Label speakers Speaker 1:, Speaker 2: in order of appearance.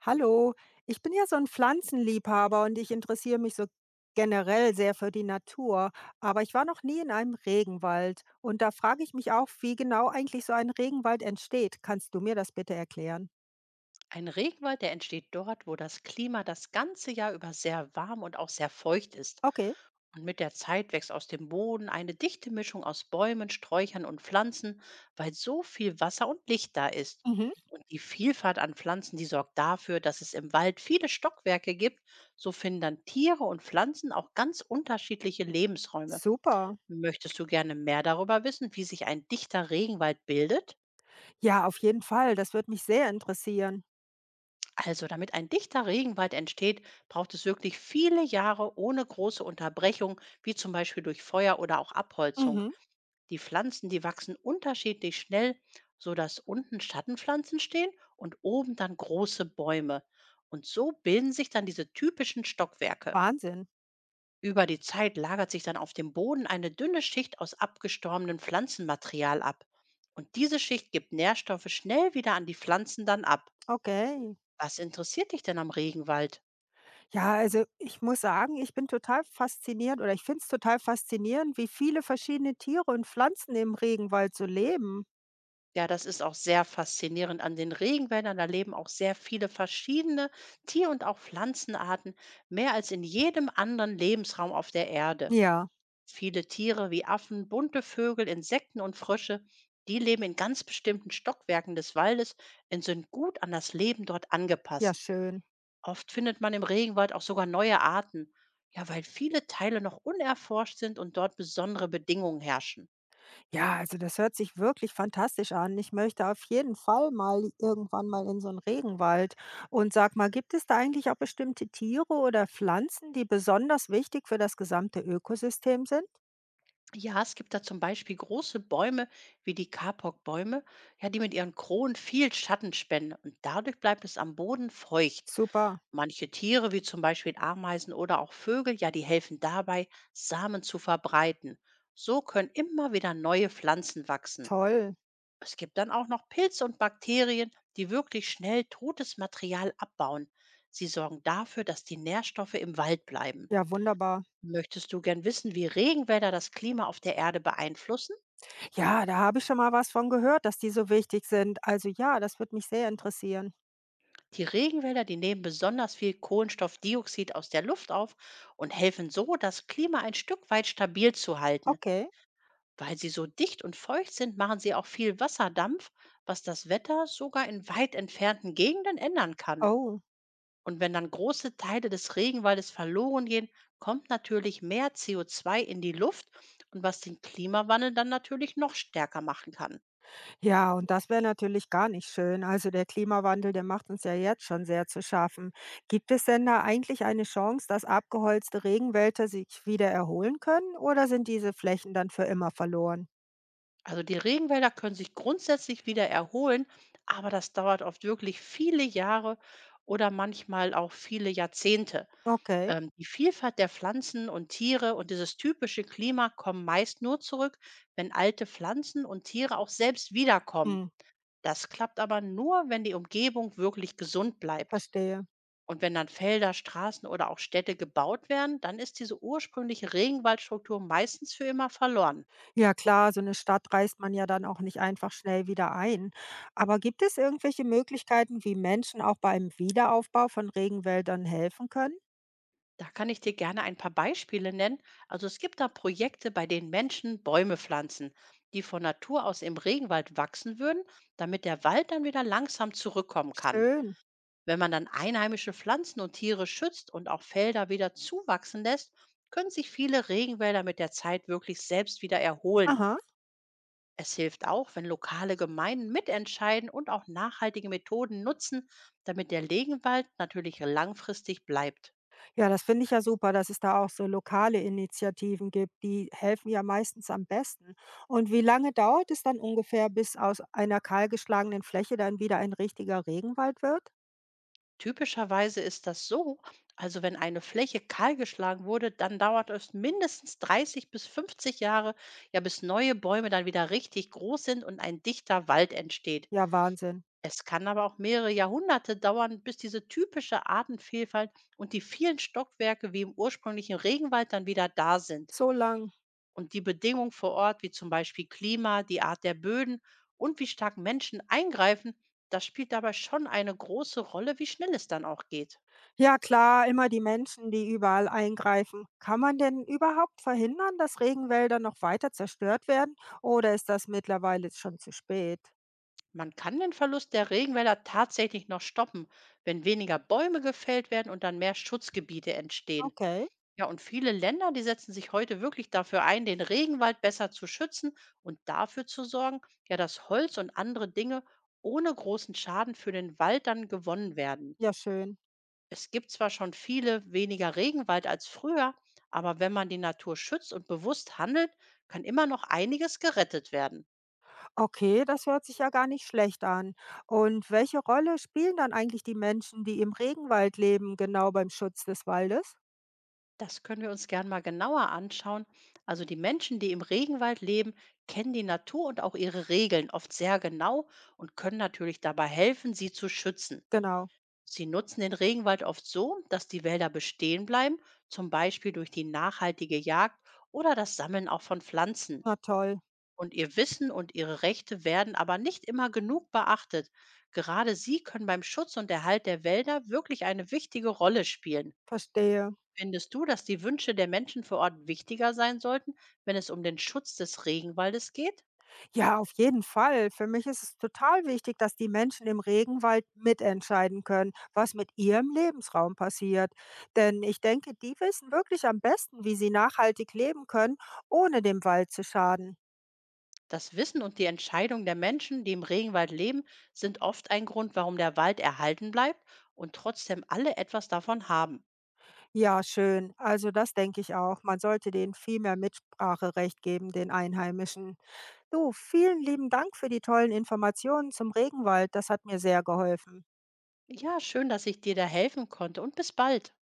Speaker 1: Hallo, ich bin ja so ein Pflanzenliebhaber und ich interessiere mich so generell sehr für die Natur, aber ich war noch nie in einem Regenwald und da frage ich mich auch, wie genau eigentlich so ein Regenwald entsteht. Kannst du mir das bitte erklären?
Speaker 2: Ein Regenwald, der entsteht dort, wo das Klima das ganze Jahr über sehr warm und auch sehr feucht ist.
Speaker 1: Okay.
Speaker 2: Und mit der Zeit wächst aus dem Boden eine dichte Mischung aus Bäumen, Sträuchern und Pflanzen, weil so viel Wasser und Licht da ist.
Speaker 1: Mhm.
Speaker 2: Und die Vielfalt an Pflanzen, die sorgt dafür, dass es im Wald viele Stockwerke gibt. So finden dann Tiere und Pflanzen auch ganz unterschiedliche Lebensräume.
Speaker 1: Super.
Speaker 2: Möchtest du gerne mehr darüber wissen, wie sich ein dichter Regenwald bildet?
Speaker 1: Ja, auf jeden Fall, das würde mich sehr interessieren.
Speaker 2: Also, damit ein dichter Regenwald entsteht, braucht es wirklich viele Jahre ohne große Unterbrechung, wie zum Beispiel durch Feuer oder auch Abholzung.
Speaker 1: Mhm.
Speaker 2: Die Pflanzen, die wachsen unterschiedlich schnell, sodass unten Schattenpflanzen stehen und oben dann große Bäume. Und so bilden sich dann diese typischen Stockwerke.
Speaker 1: Wahnsinn.
Speaker 2: Über die Zeit lagert sich dann auf dem Boden eine dünne Schicht aus abgestorbenem Pflanzenmaterial ab. Und diese Schicht gibt Nährstoffe schnell wieder an die Pflanzen dann ab.
Speaker 1: Okay.
Speaker 2: Was interessiert dich denn am Regenwald?
Speaker 1: Ja, also ich muss sagen, ich bin total fasziniert oder ich finde es total faszinierend, wie viele verschiedene Tiere und Pflanzen im Regenwald so leben.
Speaker 2: Ja, das ist auch sehr faszinierend an den Regenwäldern. Da leben auch sehr viele verschiedene Tier- und auch Pflanzenarten, mehr als in jedem anderen Lebensraum auf der Erde.
Speaker 1: Ja.
Speaker 2: Viele Tiere wie Affen, bunte Vögel, Insekten und Frösche, die leben in ganz bestimmten Stockwerken des Waldes und sind gut an das Leben dort
Speaker 1: Ja,
Speaker 2: angepasst.
Speaker 1: schön.
Speaker 2: Oft findet man im Regenwald auch sogar neue Arten, ja, weil viele Teile noch unerforscht sind und dort besondere Bedingungen herrschen.
Speaker 1: Ja, also das hört sich wirklich fantastisch an. Ich möchte auf jeden Fall mal irgendwann mal in so einen Regenwald. Und sag mal, gibt es da eigentlich auch bestimmte Tiere oder Pflanzen, die besonders wichtig für das gesamte Ökosystem sind?
Speaker 2: Ja, es gibt da zum Beispiel große Bäume wie die Kapok-Bäume, ja, die mit ihren Kronen viel Schatten spenden und dadurch bleibt es am Boden feucht.
Speaker 1: Super,
Speaker 2: Manche Tiere, wie zum Beispiel Ameisen oder auch Vögel, ja, die helfen dabei, Samen zu verbreiten. So können immer wieder neue Pflanzen wachsen.
Speaker 1: toll.
Speaker 2: Es gibt dann auch noch Pilze und Bakterien, die wirklich schnell totes Material abbauen. Sie sorgen dafür, dass die Nährstoffe im Wald bleiben.
Speaker 1: Ja, wunderbar.
Speaker 2: Möchtest du gern wissen, wie Regenwälder das Klima auf der Erde beeinflussen?
Speaker 1: Ja, da habe ich schon mal was von gehört, dass die so wichtig sind. Also ja, das würde mich sehr interessieren.
Speaker 2: Die Regenwälder, die nehmen besonders viel Kohlenstoffdioxid aus der Luft auf und helfen so, das Klima ein Stück weit stabil zu halten.
Speaker 1: Okay.
Speaker 2: Weil sie so dicht und feucht sind, machen sie auch viel Wasserdampf, was das Wetter sogar in weit entfernten Gegenden ändern kann.
Speaker 1: Oh.
Speaker 2: Und wenn dann große Teile des Regenwaldes verloren gehen, kommt natürlich mehr CO2 in die Luft und was den Klimawandel dann natürlich noch stärker machen kann.
Speaker 1: Ja, und das wäre natürlich gar nicht schön. Also der Klimawandel, der macht uns ja jetzt schon sehr zu schaffen. Gibt es denn da eigentlich eine Chance, dass abgeholzte Regenwälder sich wieder erholen können oder sind diese Flächen dann für immer verloren?
Speaker 2: Also die Regenwälder können sich grundsätzlich wieder erholen, aber das dauert oft wirklich viele Jahre oder manchmal auch viele Jahrzehnte.
Speaker 1: Okay.
Speaker 2: Die Vielfalt der Pflanzen und Tiere und dieses typische Klima kommen meist nur zurück, wenn alte Pflanzen und Tiere auch selbst wiederkommen.
Speaker 1: Hm.
Speaker 2: Das klappt aber nur, wenn die Umgebung wirklich gesund bleibt.
Speaker 1: Verstehe.
Speaker 2: Und wenn dann Felder, Straßen oder auch Städte gebaut werden, dann ist diese ursprüngliche Regenwaldstruktur meistens für immer verloren.
Speaker 1: Ja klar, so eine Stadt reißt man ja dann auch nicht einfach schnell wieder ein. Aber gibt es irgendwelche Möglichkeiten, wie Menschen auch beim Wiederaufbau von Regenwäldern helfen können?
Speaker 2: Da kann ich dir gerne ein paar Beispiele nennen. Also es gibt da Projekte, bei denen Menschen Bäume pflanzen, die von Natur aus im Regenwald wachsen würden, damit der Wald dann wieder langsam zurückkommen kann.
Speaker 1: Schön.
Speaker 2: Wenn man dann einheimische Pflanzen und Tiere schützt und auch Felder wieder zuwachsen lässt, können sich viele Regenwälder mit der Zeit wirklich selbst wieder erholen.
Speaker 1: Aha.
Speaker 2: Es hilft auch, wenn lokale Gemeinden mitentscheiden und auch nachhaltige Methoden nutzen, damit der Regenwald natürlich langfristig bleibt.
Speaker 1: Ja, das finde ich ja super, dass es da auch so lokale Initiativen gibt. Die helfen ja meistens am besten. Und wie lange dauert es dann ungefähr, bis aus einer kahlgeschlagenen Fläche dann wieder ein richtiger Regenwald wird?
Speaker 2: Typischerweise ist das so, also wenn eine Fläche kahlgeschlagen wurde, dann dauert es mindestens 30 bis 50 Jahre, ja, bis neue Bäume dann wieder richtig groß sind und ein dichter Wald entsteht.
Speaker 1: Ja, Wahnsinn.
Speaker 2: Es kann aber auch mehrere Jahrhunderte dauern, bis diese typische Artenvielfalt und die vielen Stockwerke wie im ursprünglichen Regenwald dann wieder da sind.
Speaker 1: So lang.
Speaker 2: Und die Bedingungen vor Ort, wie zum Beispiel Klima, die Art der Böden und wie stark Menschen eingreifen, das spielt dabei schon eine große Rolle, wie schnell es dann auch geht.
Speaker 1: Ja, klar, immer die Menschen, die überall eingreifen. Kann man denn überhaupt verhindern, dass Regenwälder noch weiter zerstört werden? Oder ist das mittlerweile schon zu spät?
Speaker 2: Man kann den Verlust der Regenwälder tatsächlich noch stoppen, wenn weniger Bäume gefällt werden und dann mehr Schutzgebiete entstehen.
Speaker 1: Okay,
Speaker 2: Ja, und viele Länder, die setzen sich heute wirklich dafür ein, den Regenwald besser zu schützen und dafür zu sorgen, ja, dass Holz und andere Dinge ohne großen Schaden für den Wald dann gewonnen werden.
Speaker 1: ja, schön.
Speaker 2: Es gibt zwar schon viele weniger Regenwald als früher, aber wenn man die Natur schützt und bewusst handelt, kann immer noch einiges gerettet werden.
Speaker 1: Okay, das hört sich ja gar nicht schlecht an. Und welche Rolle spielen dann eigentlich die Menschen, die im Regenwald leben, genau beim Schutz des Waldes?
Speaker 2: Das können wir uns gern mal genauer anschauen. Also die Menschen, die im Regenwald leben, kennen die Natur und auch ihre Regeln oft sehr genau und können natürlich dabei helfen, sie zu schützen.
Speaker 1: Genau.
Speaker 2: Sie nutzen den Regenwald oft so, dass die Wälder bestehen bleiben, zum Beispiel durch die nachhaltige Jagd oder das Sammeln auch von Pflanzen.
Speaker 1: Na toll.
Speaker 2: Und ihr Wissen und ihre Rechte werden aber nicht immer genug beachtet. Gerade sie können beim Schutz und Erhalt der Wälder wirklich eine wichtige Rolle spielen.
Speaker 1: Verstehe.
Speaker 2: Findest du, dass die Wünsche der Menschen vor Ort wichtiger sein sollten, wenn es um den Schutz des Regenwaldes geht?
Speaker 1: Ja, auf jeden Fall. Für mich ist es total wichtig, dass die Menschen im Regenwald mitentscheiden können, was mit ihrem Lebensraum passiert. Denn ich denke, die wissen wirklich am besten, wie sie nachhaltig leben können, ohne dem Wald zu schaden.
Speaker 2: Das Wissen und die Entscheidung der Menschen, die im Regenwald leben, sind oft ein Grund, warum der Wald erhalten bleibt und trotzdem alle etwas davon haben.
Speaker 1: Ja, schön. Also das denke ich auch. Man sollte denen viel mehr Mitspracherecht geben, den Einheimischen. Du, vielen lieben Dank für die tollen Informationen zum Regenwald. Das hat mir sehr geholfen.
Speaker 2: Ja, schön, dass ich dir da helfen konnte und bis bald.